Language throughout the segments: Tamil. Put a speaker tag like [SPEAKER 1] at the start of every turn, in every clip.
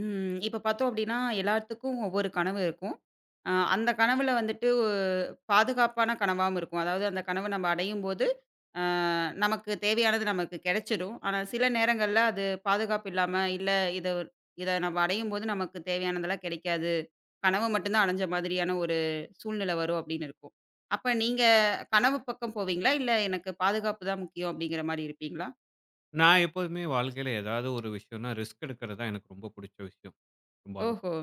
[SPEAKER 1] ம். இப்ப பார்த்தோம் அப்டின்னா, எல்லாத்துக்கும் ஒவ்வொரு கனவு இருக்கும். அந்த கனவுல வந்துட்டு பாதுகாப்பான கனவாவும் இருக்கும். அதாவது அந்த கனவ நம்ம அடையும்போது, அ நமக்கு தேவையானது நமக்கு கெடைச்சிடும். ஆனா சில நேரங்கள்ல அது பாதுகாப்பு இல்லாம, இல்ல இத இத நம்ம அடையும்போது நமக்கு தேவையானதெல்லாம் கெடைக்காது. கனவு மட்டும் தான் அடைஞ்ச மாதிரியான ஒரு சூழ்நிலை வரும் அப்டின்னு இருக்கும். அப்ப நீங்க கனவு பக்கம் போவீங்களா? இல்ல எனக்கு பாதுகாப்பு தான் முக்கியம் அப்டிங்கிற மாரி இருப்பீங்களா?
[SPEAKER 2] நான் எப்போதுமே வாழ்க்கையில ஏதாவது ஒரு விஷயம்னா, ரிஸ்க் எடுக்கிறது தான் எனக்கு ரொம்ப புடிச்ச விஷயம் பெரும்பாலும்.
[SPEAKER 1] ஓஹோ!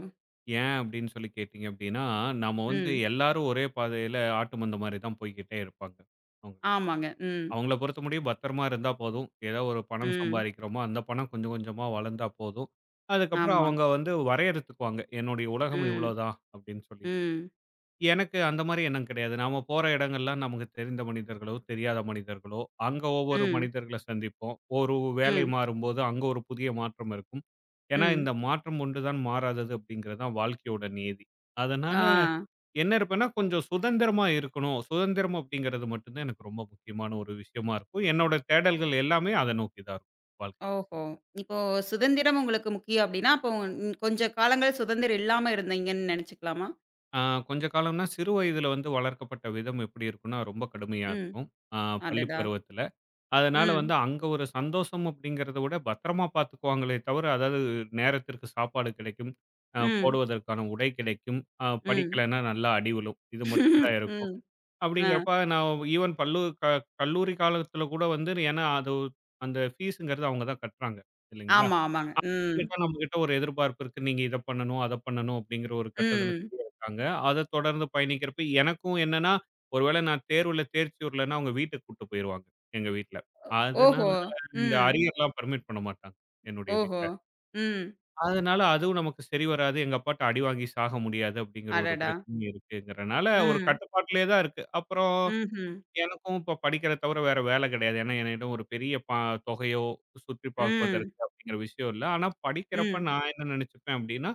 [SPEAKER 2] ஏன் அப்படின்னு சொல்லி கேட்டீங்க அப்படின்னா, நாம வந்து
[SPEAKER 1] ம்.
[SPEAKER 2] எல்லாரும் ஒரே பாதையில ஆட்டு மந்த மாரி தான் போய்க்கிட்டே இருப்பாங்க. அவங்க
[SPEAKER 1] ஆமாங்க. ம்.
[SPEAKER 2] அவங்கள பொறுத்தமுடியும் பத்திரமா இருந்தா போதும். ஏதோ ஒரு பணம்
[SPEAKER 1] ம்.
[SPEAKER 2] சம்பாதிக்கிறோமோ, அந்த பணம் கொஞ்சம் கொஞ்சமா வளர்ந்தா போதும். அதுக்கப்புறம்
[SPEAKER 1] ஆமா.
[SPEAKER 2] அவங்க வந்து வரையறுத்துக்குவாங்க. என்னுடைய உலகம்
[SPEAKER 1] ம்,
[SPEAKER 2] இவ்வளோதான் அப்படின்னு சொல்லி.
[SPEAKER 1] ம்,
[SPEAKER 2] எனக்கு அந்த மாரி எண்ணம் கிடையாது. நாம போற இடங்கள்லாம் நமக்கு தெரிந்த மனிதர்களோ, தெரியாத மனிதர்களோ, அங்க ஒவ்வொரு
[SPEAKER 1] ம்,
[SPEAKER 2] மனிதர்கள சந்திப்போம். ஒரு வேலை
[SPEAKER 1] ம்,
[SPEAKER 2] மாறும்போது அங்க ஒரு புதிய மாற்றம் இருக்கும். ஏன்னா,
[SPEAKER 1] ம்.
[SPEAKER 2] இந்த மாற்றம் ஒன்று தான் மாறாதது அப்படிங்கிறது தான் வாழ்க்கையோட நியதி.
[SPEAKER 1] ஆ.
[SPEAKER 2] அதனால என்ன இருப்பேன்னா, கொஞ்சம் சுதந்திரமா இருக்கணும். சுதந்திரம் அப்படிங்கிறது மட்டும் தான் எனக்கு ரொம்ப முக்கியமான ஒரு விஷயமா இருக்கும். என்னோட தேடல்கள் எல்லாமே அத நோக்கி தான் இருக்கும் வாழ்க்கை.
[SPEAKER 1] ஓஹோ! இப்போ சுதந்திரம் உங்களுக்கு முக்கியம் அப்டின்னா, அப்போ கொஞ்ச காலங்கள் சுதந்திரம் இல்லாம இருந்தீங்கன்னு நெனச்சுக்கலாமா?
[SPEAKER 2] ஆ கொஞ்ச காலம்னா சிறு வயதில வந்து வளர்க்கப்பட்ட விதம் எப்படி இருக்கும்னா, ரொம்ப கடுமையா
[SPEAKER 1] ம்.
[SPEAKER 2] இருக்கும். ஆ பள்ளி
[SPEAKER 1] அடடா!
[SPEAKER 2] பருவத்தில. அதனால
[SPEAKER 1] ம்,
[SPEAKER 2] வந்து அங்க ஒரு சந்தோஷம் அப்படிங்கிறத விட பத்திரமா பார்த்துக்குவாங்களே தவிர, அதாவது நேரத்திற்கு சாப்பாடு கிடைக்கும்,
[SPEAKER 1] ம்,
[SPEAKER 2] போடுவதற்கான உடை கிடைக்கும்,
[SPEAKER 1] ம்,
[SPEAKER 2] படிக்கலைன்னா நல்லா அடி விழும். இது மட்டும் தான் இருக்கும்.
[SPEAKER 1] ம். ஆ.
[SPEAKER 2] அப்படிங்கிறப்ப நான் ஈவன் பல்லு க கல்லூரி காலத்தில கூட வந்து ஏன்னா அது அந்த ஃபீஸுங்கிறது அவங்க தான் கட்டுறாங்க. இல்லைங்களா?
[SPEAKER 1] ஆமா, ஆமாங்க. ம்,
[SPEAKER 2] கேட்டா நம்மகிட்ட ஒரு எதிர்பார்ப்பு இருக்கு. நீங்க இத பண்ணணும், அத பண்ணணும் அப்படிங்கிற ஒரு கட்டத்தில
[SPEAKER 1] ம்.
[SPEAKER 2] இருக்காங்க. அத தொடர்ந்து பயணிக்கிறப்ப எனக்கும் என்னன்னா, ஒரு வேளை நான் தேர்வுல தேர்ச்சி வரலன்னா, அவங்க வீட்டுக்கு கூட்டு போயிருவாங்க, எங்க வீட்ல.
[SPEAKER 1] ஓ-
[SPEAKER 2] அதனால
[SPEAKER 1] ஓஹோ!
[SPEAKER 2] இந்த
[SPEAKER 1] ம்.
[SPEAKER 2] அரியர்லாம் பெர்மிட் பண்ண மாட்டாங்க, என்னுடைய
[SPEAKER 1] ஓஹோ!
[SPEAKER 2] வீட்ல.
[SPEAKER 1] ம்.
[SPEAKER 2] அதனால அதுவும் நமக்கு சரி வராது. எங்க அப்பாட்ட அடி வாங்கி சாக முடியாது அப்படிங்கிற ஒரு
[SPEAKER 1] அடடா!
[SPEAKER 2] பிரச்சனையும் இருக்குங்கிறனால, ஒரு
[SPEAKER 1] ம்,
[SPEAKER 2] கட்டுப்பாட்டிலேயே தான் இருக்கு. அப்புறம்
[SPEAKER 1] ம்ஹ்ம்.
[SPEAKER 2] எனக்கும் இப்ப படிக்கிறத தவிர வேற வேல கிடையாது. ஏன்னா, என்னிடம் ஒரு பெரிய தொகையோ, சுற்றி
[SPEAKER 1] ம், ம்,
[SPEAKER 2] பார்ப்பதற்கு அப்படிங்கிற விஷயம் இல்ல. ஆனா, படிக்கிறப்ப
[SPEAKER 1] ம்.
[SPEAKER 2] நான் என்ன நினைச்சுப்பேன் அப்படின்னா,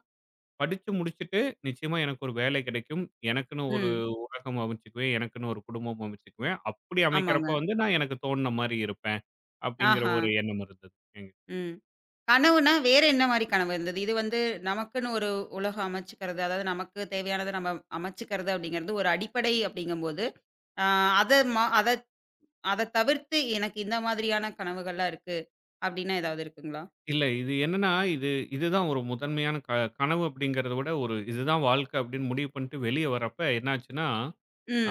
[SPEAKER 2] படிச்சு முடிச்சுட்டு நிச்சயமா எனக்கு ஒரு வேலை கிடைக்கும். எனக்குன்னு ஒரு
[SPEAKER 1] ம்.
[SPEAKER 2] உலகம் அமைச்சுக்குவேன். எனக்குன்னு ஒரு குடும்பம் அமைச்சுக்குவேன். அப்படி
[SPEAKER 1] ஆமாங்க.
[SPEAKER 2] அமைக்கிறப்ப வந்து நான் எனக்கு தோணுன மாரி இருப்பேன். அப்படிங்கிற
[SPEAKER 1] ஆஹா!
[SPEAKER 2] ஒரு எண்ணம் இருந்தது.
[SPEAKER 1] ம். கனவுனா, வேற என்ன மாரி கனவு இருந்தது? இது வந்து நமக்குன்னு ஒரு உலகம் அமைச்சுக்கிறது, அதாவது நமக்கு தேவையானத நம்ம அமைச்சுக்கிறது அப்படிங்கிறது ஒரு அடிப்படை அப்படிங்கும்போது, அ அத மா அத அத தவிர்த்து எனக்கு இந்த மாதிரியான கனவுகள்லாம் இருக்கு அப்படின்னா ஏதாவது இருக்குங்களா?
[SPEAKER 2] இல்ல இது என்னன்னா, இது இதுதான் ஒரு முதன்மையான கனவு அப்படிங்கிறத விட ஒரு இதுதான் வாழ்க்கை அப்படின்னு முடிவு பண்ணிட்டு வெளிய வர்றப்ப என்னாச்சுன்னா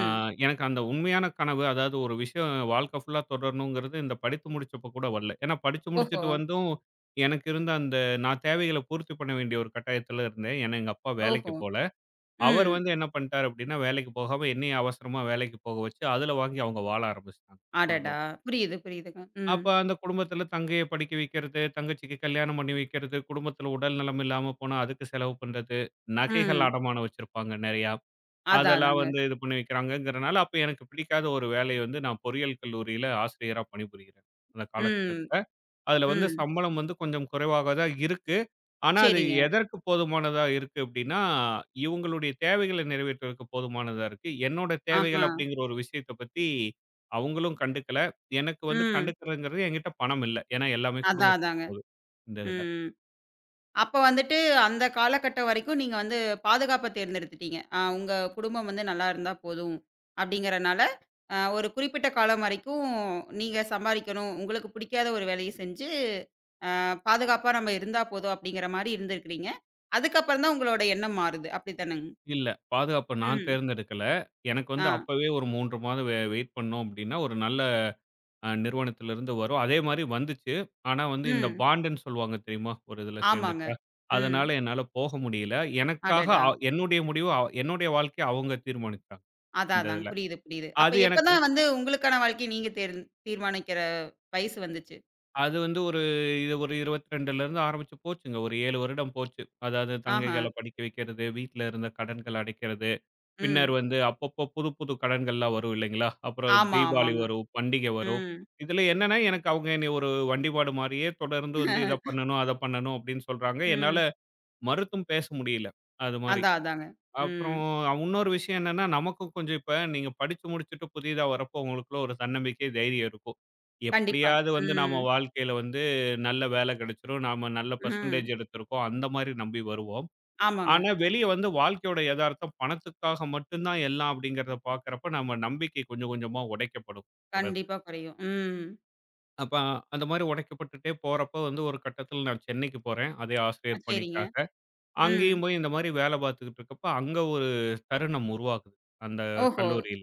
[SPEAKER 2] ஆ எனக்கு அந்த உண்மையான கனவு, அதாவது ஒரு விஷயம் வாழ்க்கை ஃபுல்லா தொடரணுங்கிறது இந்த படித்து முடிச்சப்ப கூட வரல. ஏன்னா படிச்சு
[SPEAKER 1] ஓஹோ!
[SPEAKER 2] முடிச்சுட்டு வந்தும், எனக்கு இருந்த அந்த நான் தேவைகள பூர்த்தி பண்ண வேண்டிய ஒரு கட்டாயத்துல இருந்தேன். ஏன்னா எங்க அப்பா
[SPEAKER 1] ஓஹோ!
[SPEAKER 2] வேலைக்கு போல. அவர்
[SPEAKER 1] ம்.
[SPEAKER 2] வந்து என்ன பண்ணிட்டாரு அப்படின்னா, வேலைக்கு போகாம என்னையும் அவசரமா வேலைக்கு போக வச்சு, அதில வாங்கி அவங்க வாழ ஆரம்பிச்சுட்டாங்க,
[SPEAKER 1] அடடா!
[SPEAKER 2] குடும்பம்.
[SPEAKER 1] புரியுது, புரியுதுங்க. ம்.
[SPEAKER 2] அப்ப அந்த குடும்பத்தில தங்கைய படிக்க வைக்கிறது, தங்கச்சிக்கு கல்யாணம் பண்ணி வைக்கிறது, குடும்பத்தில உடல் நலம் இல்லாம போனா அதுக்கு செலவு பண்றது, நகைகள்
[SPEAKER 1] ம்.
[SPEAKER 2] அடமானம் வச்சிருப்பாங்க நெறையா.
[SPEAKER 1] அதான்,
[SPEAKER 2] அதெல்லாம்
[SPEAKER 1] அதாங்க.
[SPEAKER 2] வந்து இது பண்ணி வைக்கிறாங்கங்கிறனால, அப்ப எனக்கு பிடிக்காத ஒரு வேலை வந்து நான் பொறியியல் கல்லூரியில ஆசிரியரா பணிபுரிகிறேன். அந்த
[SPEAKER 1] ம்.
[SPEAKER 2] காலகட்டத்தில. அதில வந்து
[SPEAKER 1] ம்.
[SPEAKER 2] சம்பளம் வந்து கொஞ்சம் குறைவாக தான் இருக்கு. ஆனா, அது
[SPEAKER 1] சரிங்க.
[SPEAKER 2] எதற்கு போதுமானதா இருக்கு அப்டின்னா, இவங்களுடைய தேவைகள நிறைவேற்றுவதற்கு போதுமானதா இருக்கு. என்னோட தேவைகள்
[SPEAKER 1] ஆஹா!
[SPEAKER 2] அப்படிங்கிற ஒரு விஷயத்த பத்தி அவங்களும் கண்டுக்கல. எனக்கு வந்து
[SPEAKER 1] ம்.
[SPEAKER 2] கண்டுக்கிறதுங்கிறது என்கிட்ட பணம் இல்ல. ஏன்னா, எல்லாமே
[SPEAKER 1] அதான்,
[SPEAKER 2] குடும்பத்துக்கு
[SPEAKER 1] அதாங்க.
[SPEAKER 2] போகுது. இந்த இதில.
[SPEAKER 1] ம். அப்ப வந்துட்டு அந்த காலகட்டம் வரைக்கும் நீங்க வந்து பாதுகாப்ப தேர்ந்தெடுத்துட்டீங்க. உங்க குடும்பம் வந்து நல்லா இருந்தா போதும் அப்படிங்கிறனால, ஒரு குறிப்பிட்ட காலம் வரைக்கும் நீங்க சம்பாரிக்கணும், உங்களுக்கு பிடிக்காத ஒரு வேலைய செஞ்சு, பாதுகாப்பா நம்ம இருந்தா போதும் அப்படிங்கிற மாரி இருந்திருக்கிறீங்க. அதுக்கப்புறம் தான் உங்களோட எண்ணம் மாறுது. அப்படித்தானங்க?
[SPEAKER 2] இல்ல பாதுகாப்ப நான்
[SPEAKER 1] ம்.
[SPEAKER 2] தேர்ந்தெடுக்கல. எனக்கு
[SPEAKER 1] ஆ.
[SPEAKER 2] வந்து அப்பவே ஒரு 3 மாதம் வெயிட் பண்ணோம் அப்டின்னா, ஒரு நல்ல நிறுவனத்திலிருந்து வரும். அதே மாரி வந்துச்சு. ஆனா வந்து இந்த
[SPEAKER 1] ம்.
[SPEAKER 2] பாண்டுன்னு சொல்லுவாங்க தெரியுமா? ஒரு இதுல
[SPEAKER 1] ஆமாங்க.
[SPEAKER 2] சேர்ந்துட்டா.
[SPEAKER 1] ம்.
[SPEAKER 2] அதனால என்னால போக முடியல. எனக்காக
[SPEAKER 1] அடடா!
[SPEAKER 2] என்னுடைய முடிவு என்னுடைய வாழ்க்கைய அவங்க தீர்மானிச்சாங்க,
[SPEAKER 1] அதான்,
[SPEAKER 2] இந்த
[SPEAKER 1] அதான்.
[SPEAKER 2] இதுல.
[SPEAKER 1] புரியுது, புரியுது. அப்ப
[SPEAKER 2] அது
[SPEAKER 1] எப்ப
[SPEAKER 2] எனக்கு
[SPEAKER 1] தான் வந்து உங்களுக்கான வாழ்க்கைய நீங்க தீர்மானிக்கிற வயசு வந்துச்சு?
[SPEAKER 2] அது வந்து ஒரு இது ஒரு 22லருந்து ஆரம்பிச்சு போச்சுங்க. ஒரு 7 வருடம் போச்சு. அதாவது
[SPEAKER 1] ஆஹா.
[SPEAKER 2] தங்கைகள படிக்க வைக்கிறது, வீட்ல இருந்த கடன்கள அடைக்கிறது. பின்னர்
[SPEAKER 1] ம்.
[SPEAKER 2] வந்து அப்பப்போ புது புது கடன்கள்லாம் வரும் இல்லைங்களா? அப்புறம்
[SPEAKER 1] ஆமா,
[SPEAKER 2] தீபாவளி
[SPEAKER 1] ஆமாங்க.
[SPEAKER 2] வரும், பண்டிகை வரும்.
[SPEAKER 1] ம்.
[SPEAKER 2] இதில என்னன்னா, எனக்கு அவங்க என்னைய ஒரு வண்டிபாடு மாரியே தொடர்ந்து வந்து இத பண்ணணும், அத பண்ணணும் அப்படின்னு சொல்றாங்க. என்னால
[SPEAKER 1] ம்.
[SPEAKER 2] மறுத்தும் பேச முடியல. அது மாரி.
[SPEAKER 1] அதான், அதாங்க. ம்.
[SPEAKER 2] அப்புறம் இன்னொரு விஷயம் என்னன்னா, நமக்கும் கொஞ்சம் இப்ப நீங்க படிச்சு முடிச்சுட்டு புதிதா வரப்போ உங்களுக்குள்ள ஒரு தன்னம்பிக்கை, தைரியம் இருக்கும்.
[SPEAKER 1] கண்டிப்பா.
[SPEAKER 2] எப்படியாவது வந்து
[SPEAKER 1] ம்.
[SPEAKER 2] நம்ம வாழ்க்கையில வந்து நல்ல வேலை கிடைச்சிரும். நாம நல்ல
[SPEAKER 1] ம்.
[SPEAKER 2] பெர்சென்டேஜ் எடுத்திருக்கோம். அந்த மாரி நம்பி வருவோம்.
[SPEAKER 1] ஆமாங்க.
[SPEAKER 2] ஆனா, வெளிய வந்து வாழ்க்கையோட எதார்த்தம் பணத்துக்காக மட்டும் தான் எல்லாம் அப்படிங்கிறத பார்க்கிறப்ப, நம்ம நம்பிக்கை கொஞ்சம் கொஞ்சமா உடைக்கப்படும் தொடர்ந்து.
[SPEAKER 1] கண்டிப்பா குறையும். ம்.
[SPEAKER 2] அப்ப அந்த மாரி உடைக்கப்பட்டுட்டே போறப்ப வந்து ஒரு கட்டத்தில நான் சென்னைக்கு போறேன். அதே ஆசிரியர்
[SPEAKER 1] சரிங்க.
[SPEAKER 2] பணிக்காக.
[SPEAKER 1] ம்.
[SPEAKER 2] அங்கேயும் போய் இந்த மாரி வேலை பார்த்துக்கிட்டு இருக்கப்ப, அங்க ஒரு தருணம் உருவாகுது. அந்த
[SPEAKER 1] ஓஹோ!
[SPEAKER 2] கல்லூரியில.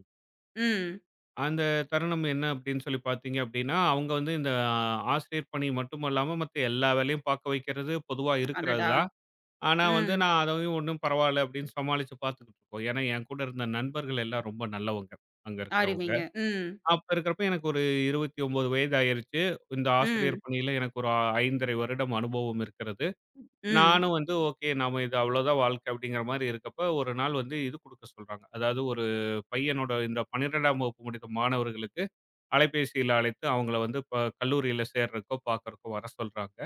[SPEAKER 1] ம்.
[SPEAKER 2] அந்த தருணம் என்ன அப்படின்னு சொல்லி பார்த்தீங்க அப்படின்னா, அவங்க வந்து இந்த ஆசிரியர் பணி மட்டுமல்லாம மத்த எல்லா வேலையும் பார்க்க வைக்கிறது பொதுவா இருக்கிறது
[SPEAKER 1] அடடா!
[SPEAKER 2] தான். ஆனா வந்து
[SPEAKER 1] ம்.
[SPEAKER 2] நான் அதையும் ஒண்ணும் பரவாயில்ல அப்படின்னு சமாளிச்சு பார்த்துக்கிட்டு இருக்கோம். ஏன்னா என் கூட இருந்த நண்பர்கள் எல்லாம் ரொம்ப நல்லவங்க. அங்க இருக்கிறவங்க.
[SPEAKER 1] அருமைங்க. ம்.
[SPEAKER 2] அப்ப இருக்கிறப்ப எனக்கு ஒரு 29 வயது ஆயிருச்சு. இந்த ஆசிரியர்
[SPEAKER 1] ம்.
[SPEAKER 2] பணியில எனக்கு ஒரு 5 1/2 வருடம் அனுபவம் இருக்கிறது.
[SPEAKER 1] ம்.
[SPEAKER 2] நானும் வந்து ஓகே நாம இது அவ்வளோதான் வாழ்க்கை அப்படிங்கிற மாரி இருக்கப்ப ஒரு நாள் வந்து இது குடுக்க சொல்றாங்க. அதாவது ஒரு பையனோட இந்த 12ஆம் வகுப்பு முடித்த மாணவர்களுக்கு அலைபேசியில அழைத்து அவங்கள வந்து கல்லூரியில சேர்றதுக்கோ, பார்க்கறக்கோ வர சொல்றாங்க.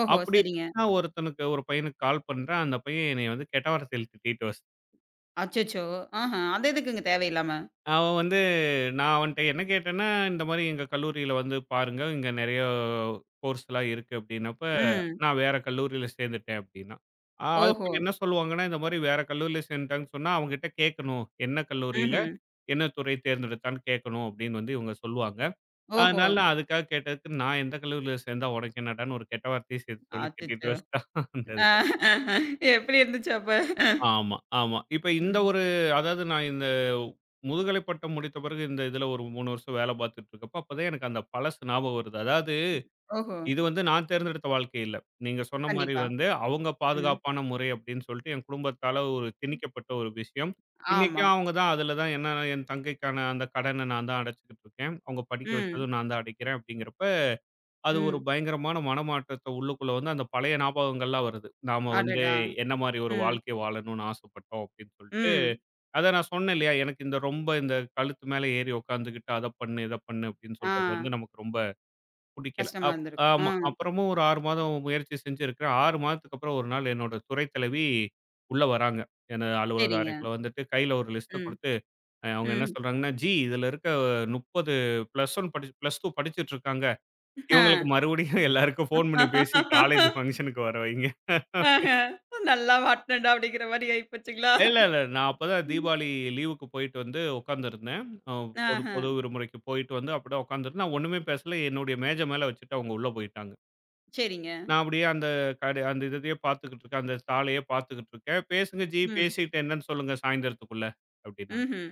[SPEAKER 1] ஓஹோ!
[SPEAKER 2] அப்படி
[SPEAKER 1] சரிங்க.
[SPEAKER 2] நான் ஒருத்தனுக்கு ஒரு பையனுக்கு கால் பண்றேன். அந்த பையன் என்னைய வந்து கெட்ட வார்த்தையில திட்டிட்டு
[SPEAKER 1] அச்சச்சோ! ஆஹா! அது எதுக்குங்க தேவையில்லாம?
[SPEAKER 2] அவன் வந்து நான் அவன்ட்ட என்ன கேட்டேன்னா, இந்த மாரி எங்க கல்லூரியில வந்து பாருங்க, இங்க நெறைய கோர்ஸ்லாம் இருக்கு அப்படின்னப்ப,
[SPEAKER 1] ம்.
[SPEAKER 2] நான் வேற கல்லூரியில சேர்ந்துட்டேன் அப்படின்னான்.
[SPEAKER 1] ஓஹோ!
[SPEAKER 2] அதுக்கு என்ன சொல்லுவாங்கன்னா, இந்த மாரி வேற கல்லூரியில சேர்ந்துட்டாங்கன்னு சொன்னா, அவங்ககிட்ட கேட்கணும். என்ன கல்லூரியில,
[SPEAKER 1] ம்ஹ்ம்.
[SPEAKER 2] என்ன துறை தேர்ந்தெடுத்தான்னு கேட்கணும் அப்படின்னு வந்து இவங்க சொல்லுவாங்க.
[SPEAKER 1] ஓஹோ!
[SPEAKER 2] அதனால நான் அதுக்காக கேட்டதுக்கு, நான் எந்த கல்லூரியில சேர்ந்தா உனக்கு என்னடான்னு ஒரு கெட்ட வார்த்தைய சேர்த்து சொல்லி திட்டிட்டு
[SPEAKER 1] அச்சச்சோ!
[SPEAKER 2] வச்சுட்டான். அந்த இது.
[SPEAKER 1] அ எப்படி இருந்துச்சு அப்ப?
[SPEAKER 2] ஆமா, ஆமா. இப்ப இந்த
[SPEAKER 1] ம்.
[SPEAKER 2] ஒரு அதாவது நான் இந்த முதுகலை பட்டம் முடித்த பிறகு இந்த இதுல ஒரு 3 வருஷம் வேல பார்த்துட்டு இருக்கப்ப, அப்பதான் எனக்கு அந்த பழசு ஞாபகம் வருது. அதாவது
[SPEAKER 1] ஓஹோ!
[SPEAKER 2] இது வந்து நான் தேர்ந்தெடுத்த வாழ்க்கை இல்ல. நீங்க சொன்ன மாரி
[SPEAKER 1] கண்டிப்பா.
[SPEAKER 2] வந்து அவங்க
[SPEAKER 1] ம்.
[SPEAKER 2] பாதுகாப்பான முறை அப்படின்னு சொல்லிட்டு என் குடும்பத்தால ஒரு திணிக்கப்பட்ட ஒரு விஷயம்.
[SPEAKER 1] ஆமா.
[SPEAKER 2] இன்னைக்கும் அவங்க தான் அதுல தான் என்ன என் தங்கைக்கான அந்த கடன நான் தான் அடைச்சுக்கிட்டு இருக்கேன். அவங்க படிக்க
[SPEAKER 1] ம்.
[SPEAKER 2] வச்சதும் நான் தான் அடைக்கிறேன் அப்படிங்கிறப்ப அது ஒரு
[SPEAKER 1] ம்.
[SPEAKER 2] பயங்கரமான மனமாற்றத்த உள்ளுக்குள்ள வந்து அந்த பழைய ஞாபகங்கள்லாம் வருது. நாம வந்து
[SPEAKER 1] அடடா!
[SPEAKER 2] என்ன மாரி ஒரு
[SPEAKER 1] ம்.
[SPEAKER 2] வாழ்க்கை வாழணும்னு ஆசைப்பட்டோம் அப்டின்னு சொல்லிட்டு.
[SPEAKER 1] ம்.
[SPEAKER 2] அதான் நான் சொன்னேன் இல்லையா, எனக்கு இந்த ரொம்ப இந்த கழுத்து மேல ஏறி உட்காந்துக்கிட்டு அத பண்ணு, இத பண்ணு அப்டின்னு
[SPEAKER 1] ஆ.
[SPEAKER 2] சொல்றது வந்து நமக்கு ரொம்ப புடிக்கல.
[SPEAKER 1] கஷ்டமா இருந்திருக்கும். ஆ.
[SPEAKER 2] ஆமா. அப்புறமும் ஒரு 6 மாதம் முயற்சி செஞ்சிருக்கிறேன். 6 மாதத்துக்கு அப்புறம் ஒரு நாள் என்னோட துறை தலைவி உள்ள வராங்க. எனது அலுவலக
[SPEAKER 1] சரிங்க.
[SPEAKER 2] அறைக்குள்ள வந்துட்டு கையில ஒரு லிஸ்ட்ட
[SPEAKER 1] ம்.
[SPEAKER 2] குடுத்து, அவங்க என்ன
[SPEAKER 1] ம்.
[SPEAKER 2] சொல்றாங்கன்னா, "ஜி இதுல இருக்க 30 +1 படிச்சு +2 படிச்சுட்டு இருக்காங்க."
[SPEAKER 1] ஆ.
[SPEAKER 2] இவங்களுக்கு மறுபடியும் எல்லாருக்கும் ஃபோன் பண்ணி பேசி காலேஜ் ஃபங்ஷனுக்கு வர வைங்க.
[SPEAKER 1] ஆஹ. நல்லா மாட்னேன்டா அப்படிங்கிற மாரி ஆயிப்போச்சுங்களா?
[SPEAKER 2] இல்ல, இல்ல. நான் அப்பதான்
[SPEAKER 1] ம்.
[SPEAKER 2] தீபாவளி லீவுக்கு போயிட்டு வந்து உட்காந்துருந்தேன். அ பொது
[SPEAKER 1] ஆஹ.
[SPEAKER 2] பொது விடுமுறைக்கு போயிட்டு வந்து அப்படியே உட்காந்துருந்தேன். நான் ஒண்ணுமே பேசல. என்னுடைய மேஜை மேல வச்சுட்டு அவங்க உள்ள போயிட்டாங்க.
[SPEAKER 1] சரிங்க.
[SPEAKER 2] நான் அப்படியே அந்த அந்த இதையே பார்த்துக்கிட்டு இருக்கேன். அந்த தாளையே பார்த்துக்கிட்டு இருக்கேன். "பேசுங்க ஜி,
[SPEAKER 1] ம்.
[SPEAKER 2] பேசிட்டு என்னன்னு சொல்லுங்க சாயந்தரத்துக்குள்ள" அப்படின்னாங்க.
[SPEAKER 1] ம்ஹ்ம்.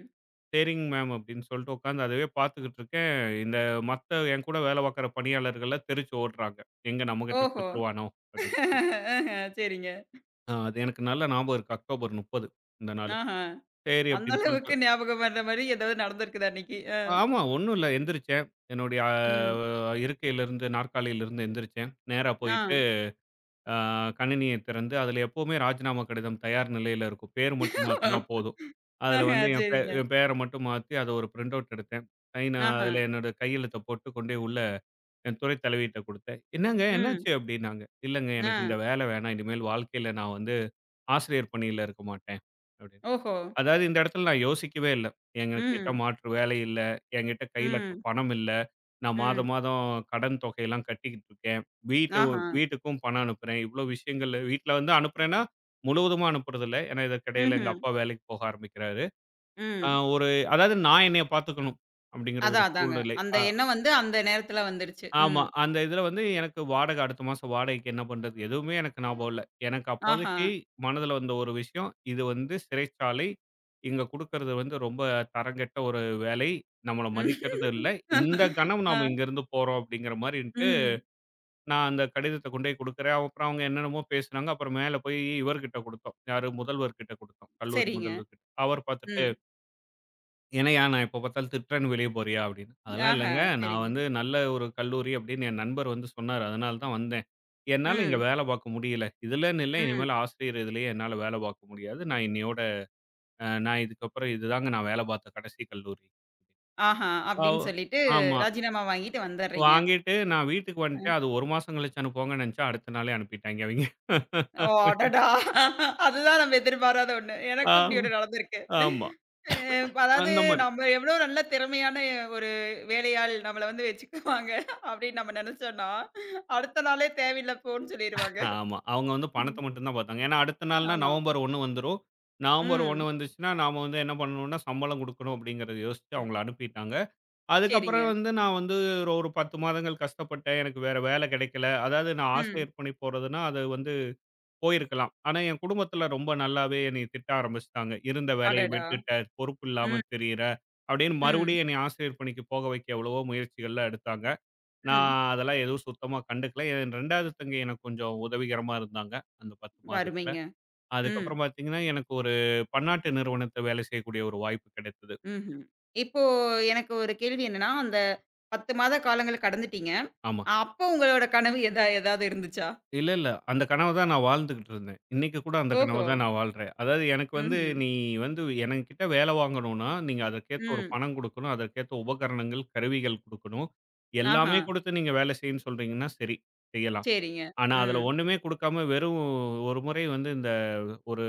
[SPEAKER 2] "சரிங்க மேம்" அப்படின்னு சொல்லிட்டு உட்காந்து அதுவே பார்த்துக்கிட்டு இருக்கேன். இந்த மத்த என் கூட வேலை பார்க்குற பணியாளர்கள்லாம் தெரிச்சு ஓடுறாங்க. எங்க நம்மகிட்ட
[SPEAKER 1] ஓஹோ!
[SPEAKER 2] குடுத்துருவானோ அப்படின்னு சொல்லிட்டு.
[SPEAKER 1] ஆஹ. சரிங்க.
[SPEAKER 2] அது எனக்கு நல்ல ஞாபகம் இருக்கு. அக்டோபர் 30 இந்த நாளு.
[SPEAKER 1] ஆஹ.
[SPEAKER 2] சரி
[SPEAKER 1] அந்த
[SPEAKER 2] அப்படின்னு
[SPEAKER 1] அளவுக்கு
[SPEAKER 2] சொல்லிட்டு
[SPEAKER 1] ஞாபகம் வர்ற மாரி ஏதாவது நடந்திருக்குதா அன்னைக்கு?
[SPEAKER 2] ஆமா ஒண்ணும் இல்ல எந்திரிச்சேன். என்னுடைய
[SPEAKER 1] ம்.
[SPEAKER 2] இருக்கையிலிருந்து, நாற்காலியிலிருந்து எந்திரிச்சேன். நேரா
[SPEAKER 1] ஆ.
[SPEAKER 2] போயிட்டு அ கணினிய திறந்து, அதில எப்பவுமே ராஜினாமா கடிதம் தயார் நிலையில இருக்கும். பேர் மட்டும் மாத்துனா போதும். அதில
[SPEAKER 1] ஆஹ.
[SPEAKER 2] வந்து
[SPEAKER 1] சரிங்க.
[SPEAKER 2] என் பேர மட்டும் மாத்தி, அத ஒரு பிரிண்ட் அவுட் எடுத்தேன். சைன்
[SPEAKER 1] ஆஹ.
[SPEAKER 2] அதில என்னோட கையெழுத்த போட்டு கொண்டு போய் உள்ள என் துறை தலைவிட்ட குடுத்தேன். "என்னங்க
[SPEAKER 1] ம்.
[SPEAKER 2] என்னாச்சு?" அப்படின்னாங்க. "இல்லங்க
[SPEAKER 1] ஆ.
[SPEAKER 2] எனக்கு இந்த வேலை வேணாம். இனிமேல் வாழ்க்கையில நான் வந்து ஆசிரியர் பணியில இருக்க மாட்டேன்." அப்படின்னு.
[SPEAKER 1] ஓஹோ!
[SPEAKER 2] அதாவது இந்த இடத்துல நான் யோசிக்கவே இல்ல. எங்ககிட்ட
[SPEAKER 1] ம்.
[SPEAKER 2] மாற்று வேலை இல்ல. என்கிட்ட கையில
[SPEAKER 1] ம்.
[SPEAKER 2] பணம் இல்ல. நான் மாதம்,
[SPEAKER 1] ம்.
[SPEAKER 2] மாதம் கடன் தொகையெல்லாம் கட்டிக்கிட்டு இருக்கேன். வீட்டு
[SPEAKER 1] ஆஹ.
[SPEAKER 2] வீட்டுக்கும் பணம் அனுப்புறேன். இவ்ளோ விஷயங்கள் வீட்ல வந்து அனுப்புறேன்னா, முழுவதுமா அனுப்புறதில்ல. ஏன்னா இதற்கிடையில எங்க
[SPEAKER 1] ம்ஹ்ம்.
[SPEAKER 2] அப்பா வேலைக்கு போக ஆரம்பிக்கிறாரு. அ
[SPEAKER 1] ம்.
[SPEAKER 2] ஒரு அதாவது நான் என்னைய பார்த்துக்கணும். அப்படிங்கிற ஒரு
[SPEAKER 1] அதான், அதாங்க.
[SPEAKER 2] சூழ்நிலை.
[SPEAKER 1] அந்த எண்ணம் வந்து அந்த நேரத்துல வந்துருச்சு.
[SPEAKER 2] ஆமா.
[SPEAKER 1] ம்.
[SPEAKER 2] அந்த இதுல வந்து எனக்கு வாடகை அடுத்த மாசம் வாடகைக்கு என்ன பண்றது? எதுவுமே எனக்கு ஞாபகம் இல்ல. எனக்கு
[SPEAKER 1] ஆஹா.
[SPEAKER 2] அப்போதைக்கு மனதுல வந்த ஒரு விஷயம், இது வந்து சிறைச்சாலை. இங்க குடுக்கறது வந்து ரொம்ப தரங்கெட்ட ஒரு வேலை. நம்மள
[SPEAKER 1] ம்.
[SPEAKER 2] மதிக்கிறது இல்ல. இந்த கணம் நாம
[SPEAKER 1] ஆ.
[SPEAKER 2] இங்கருந்து போறோம் அப்படிங்கிற மாரின்ட்டு,
[SPEAKER 1] ம்.
[SPEAKER 2] நான் அந்த கடிதத்த கொண்டு போய் குடுக்குறேன். அப்புறம் அவங்க என்னென்னமோ பேசுனாங்க. அப்புறம் மேல போய் இவர்கிட்ட குடுத்தோம். யாரு? முதல்வர்கிட்ட குடுத்தோம். கல்லூரி
[SPEAKER 1] சரிங்க.
[SPEAKER 2] முதல்வர்கிட்ட. அவர் பார்த்துட்டு
[SPEAKER 1] ம்.
[SPEAKER 2] என்னையா நான் எப்ப பார்த்தாலும் திட்டுறேன்னு வெளிய போறியா? அப்படின்னு. அதெல்லாம்
[SPEAKER 1] ஆஹா.
[SPEAKER 2] இல்லங்க. நான்
[SPEAKER 1] சரிங்க.
[SPEAKER 2] வந்து நல்ல ஒரு கல்லூரி அப்படின்னு என் நண்பர் வந்து சொன்னாரு. அதனால தான் வந்தேன். என்னால இங்க
[SPEAKER 1] ம்.
[SPEAKER 2] வேலை பார்க்க முடியல. இதுலன்னு இல்ல.
[SPEAKER 1] ம்.
[SPEAKER 2] இனிமேல் ஆசிரியர் இதுலயே என்னால வேலை பார்க்க முடியாது. நான் இன்னையோட நான் இதுக்கப்புறம் இதுதாங்க நான் வேலை பார்த்த கடைசி கல்லூரி.
[SPEAKER 1] ஆஹா.
[SPEAKER 2] அவ்
[SPEAKER 1] அப்படின்னு சொல்லிட்டு
[SPEAKER 2] ஆமா.
[SPEAKER 1] ராஜினாமா வாங்கிட்டு வந்துர்றீங்க.
[SPEAKER 2] வாங்கிட்டு நான் வீட்டுக்கு வந்துட்டேன். அது 1 மாசம் கழிச்சு அனுப்புவாங்கன்னு நினைச்சேன். அடுத்த நாளே அனுப்பிட்டாய்ங்க அவிங்க.
[SPEAKER 1] ஓ! அடடா! அதுதான் நம்ம எதிர்பாராத ஒண்ணு. எனக்கும் இப்படி
[SPEAKER 2] ஆமா,
[SPEAKER 1] ஒண்ணு நடந்திருக்கு.
[SPEAKER 2] ஆமா.
[SPEAKER 1] அ அதாவது
[SPEAKER 2] அந்த மாரி.
[SPEAKER 1] நம்ம எவ்வளோ நல்ல திறமையான ஒரு வேலையாள் நம்மள வந்து வச்சுக்குவாங்க அப்படின்னு நம்ம நெனச்சோம்னா, அடுத்த நாளே தேவையில்ல போன்னு சொல்லிருவாங்க.
[SPEAKER 2] ஆமா. அவங்க வந்து பணத்த
[SPEAKER 1] ம்.
[SPEAKER 2] மட்டும் தான் பாத்தாங்க. ஏன்னா, அடுத்த நாள்னா
[SPEAKER 1] ஆமா.
[SPEAKER 2] நவம்பர் 1 வந்துரும். நவம்பர் 1
[SPEAKER 1] ம்.
[SPEAKER 2] வந்துச்சுன்னா, நாம வந்து என்ன பண்ணணும்னா, சம்பளம் குடுக்கணும் அப்படிங்கிறத யோசிச்சு
[SPEAKER 1] ம்.
[SPEAKER 2] அவங்கள அனுப்பிட்டாங்க.
[SPEAKER 1] சரிங்க.
[SPEAKER 2] அதுக்கப்புறம் வந்து நான் வந்து ஒரு ஒரு 10 மாதங்கள் கஷ்டப்பட்டேன். எனக்கு வேற வேலை கிடைக்கல. அதாவது நான்
[SPEAKER 1] ம்.
[SPEAKER 2] ஆசிரியர் பணி போறதுன்னா, அது வந்து போயிருக்கலாம். ஆனா, என் குடும்பத்தில ரொம்ப நல்லாவே என்னைய திட்ட ஆரம்பிச்சுட்டாங்க. "இருந்த வேலைய
[SPEAKER 1] அடடா!
[SPEAKER 2] விட்டுட்ட, பொறுப்பு இல்லாம
[SPEAKER 1] ம்,
[SPEAKER 2] திரியிற" அப்படின்னு
[SPEAKER 1] ம்,
[SPEAKER 2] மறுபடியும் என்னைய ஆசிரியர் பணிக்கு போக வைக்க எவ்வளவோ முயற்சிகள்லாம் எடுத்தாங்க. நான்
[SPEAKER 1] ம்.
[SPEAKER 2] அதெல்லாம் எதுவும் சுத்தமா கண்டுக்கல. என் 2வது தங்கை எனக்கு கொஞ்சம் உதவிகரமா இருந்தாங்க. அந்த 10 மாதத்துல.
[SPEAKER 1] அருமைங்க. ம்,
[SPEAKER 2] அதுக்கப்புறம் பார்த்தீங்கன்னா, எனக்கு ஒரு பன்னாட்டு நிறுவனத்துல வேலை செய்யக்கூடிய ஒரு வாய்ப்பு கிடைத்தது.
[SPEAKER 1] ம்ஹ்ம். இப்போ எனக்கு ஒரு கேள்வி என்னன்னா, அந்த 10 மாத காலங்கள் கடந்துட்டீங்க.
[SPEAKER 2] ஆமா.
[SPEAKER 1] அப்போ உங்களோட கனவு எதா ஏதாவது இருந்துச்சா?
[SPEAKER 2] இல்ல, இல்ல. அந்த கனவ தான் நான் வாழ்ந்துகிட்டு இருந்தேன். இன்னைக்கு கூட அந்த கனவ
[SPEAKER 1] ஓஹோ!
[SPEAKER 2] தான் நான் வாழ்றேன். அதாவது எனக்கு வந்து
[SPEAKER 1] ம்ஹ்ம்.
[SPEAKER 2] நீ வந்து எனக்கிட்ட வேலை வாங்கணும்னா, நீங்க அதற்கேத்த ஒரு
[SPEAKER 1] ம்.
[SPEAKER 2] பணம் குடுக்கணும். அதற்கேத்த உபகரணங்கள், கருவிகள் குடுக்கணும்.
[SPEAKER 1] ஆஹா!
[SPEAKER 2] எல்லாமே குடுத்து நீங்க வேலை செய்யுன்னு சொல்றீங்கன்னா, சரி செய்யலாம்.
[SPEAKER 1] சரிங்க.
[SPEAKER 2] ஆனா, அதுல
[SPEAKER 1] ம்.
[SPEAKER 2] ஒண்ணுமே குடுக்காம வெறும் ஒரு முறை வந்து இந்த ஒரு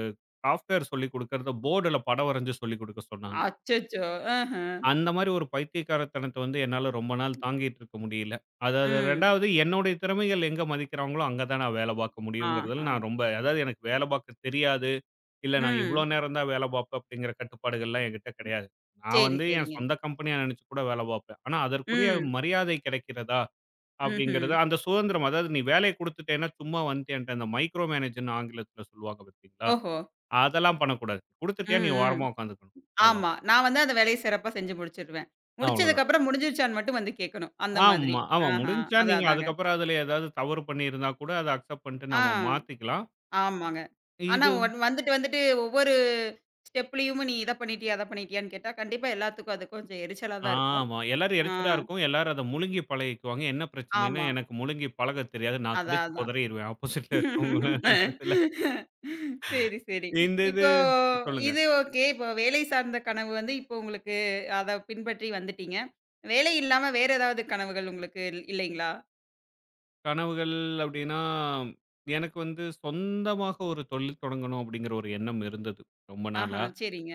[SPEAKER 2] சாஃப்ட்வேர் சொல்லிக் குடுக்கறத போர்டுல படம் வரைஞ்சு சொல்லிக் குடுக்க சொன்னாங்க.
[SPEAKER 1] அச்சச்சோ! ஆஹா!
[SPEAKER 2] அந்த மாரி ஒரு பைத்தியக்காரத்தனத்த வந்து என்னால ரொம்ப நாள் தாங்கிட்டு இருக்க முடியல. அதாவது
[SPEAKER 1] ம்.
[SPEAKER 2] 2வது என்னுடைய திறமைகள் எங்க மதிக்கிறாங்களோ அங்க தான் நான் வேலை பார்க்க முடியுங்கிறதுல
[SPEAKER 1] ஆஹா!
[SPEAKER 2] நான் ரொம்ப அதாவது எனக்கு வேலை பார்க்க தெரியாது. இல்ல நான் இவ்ளோ
[SPEAKER 1] ம்.
[SPEAKER 2] நேரம் தான் வேலை பார்ப்பேன் அப்படிங்கிற கட்டுப்பாடுகள்லாம் என்கிட்ட கிடையாது. நான்
[SPEAKER 1] சரி,
[SPEAKER 2] வந்து என்
[SPEAKER 1] சரிங்க.
[SPEAKER 2] சொந்த கம்பெனியா நெனச்சு கூட வேலை பார்ப்பேன். ஆனா, அதற்குரிய
[SPEAKER 1] ம்.
[SPEAKER 2] மரியாதை கிடைக்கிறதா?
[SPEAKER 1] ம்ஹ்ம்.
[SPEAKER 2] அப்படிங்கிறது அந்த சுதந்திரம் அதாவது நீ வேலைய குடுத்துட்டேன்னா, சும்மா வந்துட்டேன்ட்டு அந்த மைக்ரோ மேனேஜர்ன்னு ஆங்கிலத்தில சொல்லுவாங்க பார்த்தீங்களா?
[SPEAKER 1] ஓஹோ!
[SPEAKER 2] அதெல்லாம் பண்ணக்கூடாது. குடுத்துட்டியா
[SPEAKER 1] ம்,
[SPEAKER 2] நீ
[SPEAKER 1] ம்.
[SPEAKER 2] ஓரமா உட்காந்துக்கணும். அவ்ளோ
[SPEAKER 1] ஆமா. நான் வந்து அந்த வேலைய சிறப்பா செஞ்சு முடிச்சுருவேன். முடிச்சதுக்கு
[SPEAKER 2] அவ்வளோதான்.
[SPEAKER 1] அப்புறம் முடிஞ்சிருச்சான்னு மட்டும் வந்து கேட்கணும். அந்த மாதிரி.
[SPEAKER 2] ஆமா.
[SPEAKER 1] ஆஹா.
[SPEAKER 2] முடிஞ்சா
[SPEAKER 1] அதான்
[SPEAKER 2] நீங்க
[SPEAKER 1] அதாங்க.
[SPEAKER 2] அதுக்கப்புறம் அதில ஏதாவது தவறு பண்ணியிருந்தா கூட அத அக்செப்ட் பண்ணிட்டு
[SPEAKER 1] ஆ.
[SPEAKER 2] நம்ம மாத்திக்கலாம்.
[SPEAKER 1] ஆமாங்க. ஆனா
[SPEAKER 2] இது
[SPEAKER 1] ஒன் வந்துட்டு வந்துட்டு ஒவ்வொரு ஸ்டெப்லயும் நீ இத பண்ணிட்டியா? அத பண்ணிட்டியான்னு கேட்டா, கண்டிப்பா எல்லாத்துக்கும் அது கொஞ்சம் எரிச்சலா தான் இருக்கும்.
[SPEAKER 2] ஆமா. எல்லாரும்
[SPEAKER 1] ஆ.
[SPEAKER 2] எரிச்சலா இருக்கும். எல்லாரும் அத முழுங்கி பழகிக்குவாங்க. என்ன பிரச்சனைன்னா,
[SPEAKER 1] ஆமா.
[SPEAKER 2] எனக்கு முழுங்கி பழகத் தெரியாது. நான்
[SPEAKER 1] அதான்
[SPEAKER 2] கடிச்சு
[SPEAKER 1] அதான்.
[SPEAKER 2] குதறிருவேன் ஆப்போசிட்ல இருக்கவங்கள அந்த இதில.
[SPEAKER 1] சரி, சரி.
[SPEAKER 2] இந்த இது
[SPEAKER 1] இப்போ
[SPEAKER 2] சொல்லுங்க.
[SPEAKER 1] இது ஓகே. இப்போ வேலை சார்ந்த கனவு வந்து இப்போ உங்களுக்கு அத பின்பற்றி வந்துட்டீங்க. வேலை இல்லாம வேற ஏதாவது கனவுகள் உங்களுக்கு இல்லைங்களா?
[SPEAKER 2] கனவுகள் அப்படின்னா, எனக்கு வந்து சொந்தமாக ஒரு தொழில் தொடங்கணும் அப்படிங்கிற ஒரு எண்ணம் இருந்தது, ரொம்ப
[SPEAKER 1] ஆஹா!
[SPEAKER 2] நாளா.
[SPEAKER 1] சரிங்க.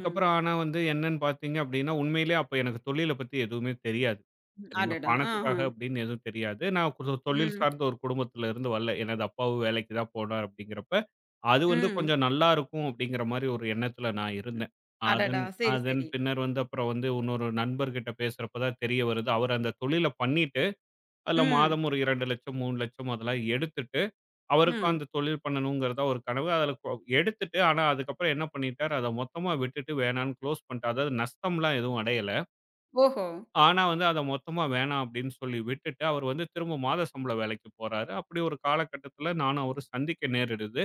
[SPEAKER 1] ம்.
[SPEAKER 2] ஆனா வந்து என்னன்னு பார்த்தீங்க அப்படின்னா, உண்மையிலேயே அப்ப எனக்கு தொழில பத்தி எதுவுமே தெரியாது.
[SPEAKER 1] ம்.
[SPEAKER 2] சரிங்களா?
[SPEAKER 1] அடடா! ஆஹா!
[SPEAKER 2] பணத்துக்காக அப்படின்னு எதுவும் தெரியாது. நான் ஒரு தொழில்
[SPEAKER 1] ம்.
[SPEAKER 2] சார்ந்த ஒரு குடும்பத்துல இருந்து வரல. எனது அப்பாவும் வேலைக்கு தான் போனார் அப்படிங்கிறப்ப, அது வந்து
[SPEAKER 1] ம்.
[SPEAKER 2] கொஞ்சம் நல்லா இருக்கும் அப்படிங்கிற மாரி ஒரு எண்ணத்துல நான்
[SPEAKER 1] ம்.
[SPEAKER 2] இருந்தேன். அதன்
[SPEAKER 1] அடடா! சரி,
[SPEAKER 2] அதன்
[SPEAKER 1] சரி.
[SPEAKER 2] பின்னர் வந்து அப்புறம் வந்து இன்னொரு நண்பர்கிட்ட பேசுறப்ப தான் தெரிய வருது. அவர் அந்த தொழில பண்ணிட்டு அதுல
[SPEAKER 1] ம்.
[SPEAKER 2] மாதம் ஒரு 2,00,000 3,00,000 அதெல்லாம் எடுத்துட்டு, அவருக்கும்
[SPEAKER 1] ம்.
[SPEAKER 2] அந்த தொழில் பண்ணணுங்கிறது தான் ஒரு கனவு. அதுல கொ எடுத்துட்டு ஆனா அதுக்கப்புறம் என்ன பண்ணிட்டாரு, அத மொத்தமா விட்டுட்டு வேணான்னு க்ளோஸ் பண்ணிட்டாரு. அதாவது நஷ்டம்லாம் எதுவும் அடையல.
[SPEAKER 1] ஓஹோ!
[SPEAKER 2] ஆனா வந்து அத மொத்தமா வேணாம் அப்படின்னு சொல்லி விட்டுட்டு, அவர் வந்து திரும்ப மாத சம்பள வேலைக்கு போறாரு. அப்படி ஒரு காலகட்டத்துல நானும் அவரும் சந்திக்க நேரிடுது.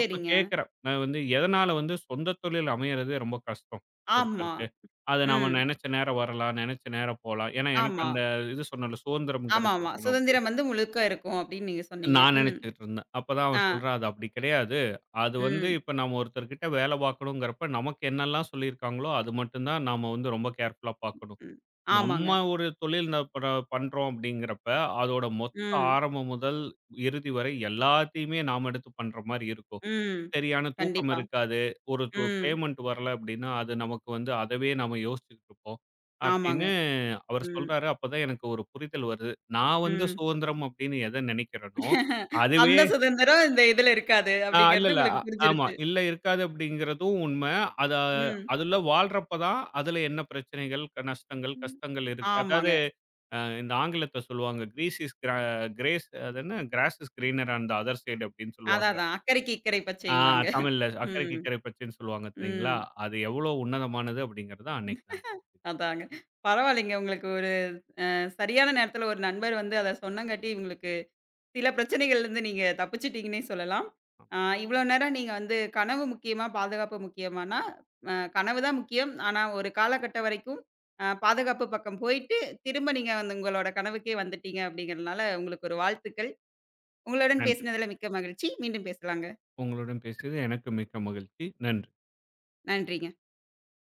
[SPEAKER 2] அப்ப கேட்கிறேன், நான் வந்து எதனால வந்து சொந்த தொழில் அமையறதே ரொம்ப கஷ்டம்
[SPEAKER 1] ஆமா.
[SPEAKER 2] ஒருத்தருக்கு. அது நாம
[SPEAKER 1] ம்.
[SPEAKER 2] நெனைச்ச நேரம் வரலாம், நெனைச்ச நேரம் போலாம். ஏன்னா எனக்கு
[SPEAKER 1] ஆமா.
[SPEAKER 2] அந்த இது சொன்னேன்ல சுதந்திரம்ங்கிறது
[SPEAKER 1] ஆமாமா.
[SPEAKER 2] இருக்கணும்.
[SPEAKER 1] சுதந்திரம் வந்து முழுக்க இருக்கும் அப்படின்னு நீங்க சொன்னீங்க.
[SPEAKER 2] நான்
[SPEAKER 1] ம்.
[SPEAKER 2] நினைச்சுக்கிட்டு இருந்தேன். அப்பதான் அவன்
[SPEAKER 1] ஆ.
[SPEAKER 2] சொல்றான், "அது அப்படி கிடையாது. அது வந்து
[SPEAKER 1] ம்.
[SPEAKER 2] இப்ப நம்ம ஒருத்தர்கிட்ட வேலை பார்க்கணுங்கிறப்ப, நமக்கு என்னெல்லாம் சொல்லியிருக்காங்களோ, அது மட்டும் தான் நாம வந்து ரொம்ப கேர்ஃபுல்லா பார்க்கணும்.
[SPEAKER 1] ம். ஆமாங்க.
[SPEAKER 2] நம்ம ஒரு தொழில் ந ப பண்றோம் அப்படிங்கிறப்ப, அதோட மொத்த
[SPEAKER 1] ம்.
[SPEAKER 2] ஆரம்பம் முதல் இறுதி வரை எல்லாத்தையுமே நாம எடுத்து பண்ற மாரி இருக்கும்.
[SPEAKER 1] ம்.
[SPEAKER 2] சரியான தூக்கம்
[SPEAKER 1] கண்டிப்பா.
[SPEAKER 2] இருக்காது. ஒரு து
[SPEAKER 1] ம்.
[SPEAKER 2] பேமெண்ட் வரல அப்டின்னா, அது நமக்கு வந்து அதவே நாம யோசிச்சுக்கிட்டு இருப்போம்.
[SPEAKER 1] ஆமாங்க.
[SPEAKER 2] அப்படின்னு அவரு
[SPEAKER 1] ம்.
[SPEAKER 2] சொல்றாரு. அப்பதான் எனக்கு ஒரு புரிதல் வருது. நான் வந்து
[SPEAKER 1] ம்.
[SPEAKER 2] சுதந்திரம் அப்படின்னு எத நினைக்கிறேனோ, அதுவே
[SPEAKER 1] அந்த சுதந்திரம் இந்த இதுல இருக்காது
[SPEAKER 2] இல்ல,
[SPEAKER 1] அப்படிங்கிறது
[SPEAKER 2] இல்ல.
[SPEAKER 1] உங்களுக்கு
[SPEAKER 2] ஆமா.
[SPEAKER 1] புரிஞ்சிருச்சு.
[SPEAKER 2] இல்ல இருக்காது அப்படிங்கிறதும் உண்ம. அத
[SPEAKER 1] ம்.
[SPEAKER 2] அதுல வாழ்றப்ப தான் அதுல என்ன பிரச்சனைகள், நஷ்டங்கள்,
[SPEAKER 1] ம்.
[SPEAKER 2] கஷ்டங்கள் இருக்கு.
[SPEAKER 1] ஆமாங்க.
[SPEAKER 2] அதாவது இந்த ஆங்கிலத்துல சொல்லுவாங்க. கிரீஸ் இஸ் கிரா கிரேஸ் அது என்ன grass is greener on the other side அப்படின்னு
[SPEAKER 1] அதான்,
[SPEAKER 2] சொல்லுவாங்க.
[SPEAKER 1] அதான். அக்கறைக்கு இக்கரை
[SPEAKER 2] ஆ
[SPEAKER 1] பச்சைம்பாங்க.
[SPEAKER 2] தமிழ்ல "அக்கறைக்கு
[SPEAKER 1] ம்.
[SPEAKER 2] இக்கரை பச்சைன்னு" சொல்லுவாங்க தெரியுங்களா?
[SPEAKER 1] ம்.
[SPEAKER 2] அது எவ்வளோ உன்னதமானது அப்படிங்கிறது அன்னைக்கு தான்.
[SPEAKER 1] அதாங்க. பரவாயில்லைங்க. உங்களுக்கு ஒரு சரியான நேரத்துல ஒரு நண்பர் வந்து அத சொன்னங்காட்டி, உங்களுக்கு சில பிரச்சனைகள்லருந்து நீங்க தப்பிச்சுட்டீங்கன்னே சொல்லலாம். ஆ இவ்ளோ நேரம் நீங்க வந்து கனவு முக்கியமா, பாதுகாப்பு முக்கியமானா, கனவு தான் முக்கியம். ஆனா ஒரு காலகட்டம் வரைக்கும் பாதுகாப்பு பக்கம் போயிட்டு, திரும்ப நீங்க வந்து உங்களோட கனவுக்கே வந்துட்டீங்க அப்படிங்கிறதுனால, உங்களுக்கு ஒரு வாழ்த்துக்கள். உங்களுடன்
[SPEAKER 2] நன்றி.
[SPEAKER 1] பேசினதுல மிக்க மகிழ்ச்சி. மீண்டும் பேசலாங்க.
[SPEAKER 2] உங்களுடன் பேசியது எனக்கு மிக்க மகிழ்ச்சி. நன்றி.
[SPEAKER 1] நன்றிங்க.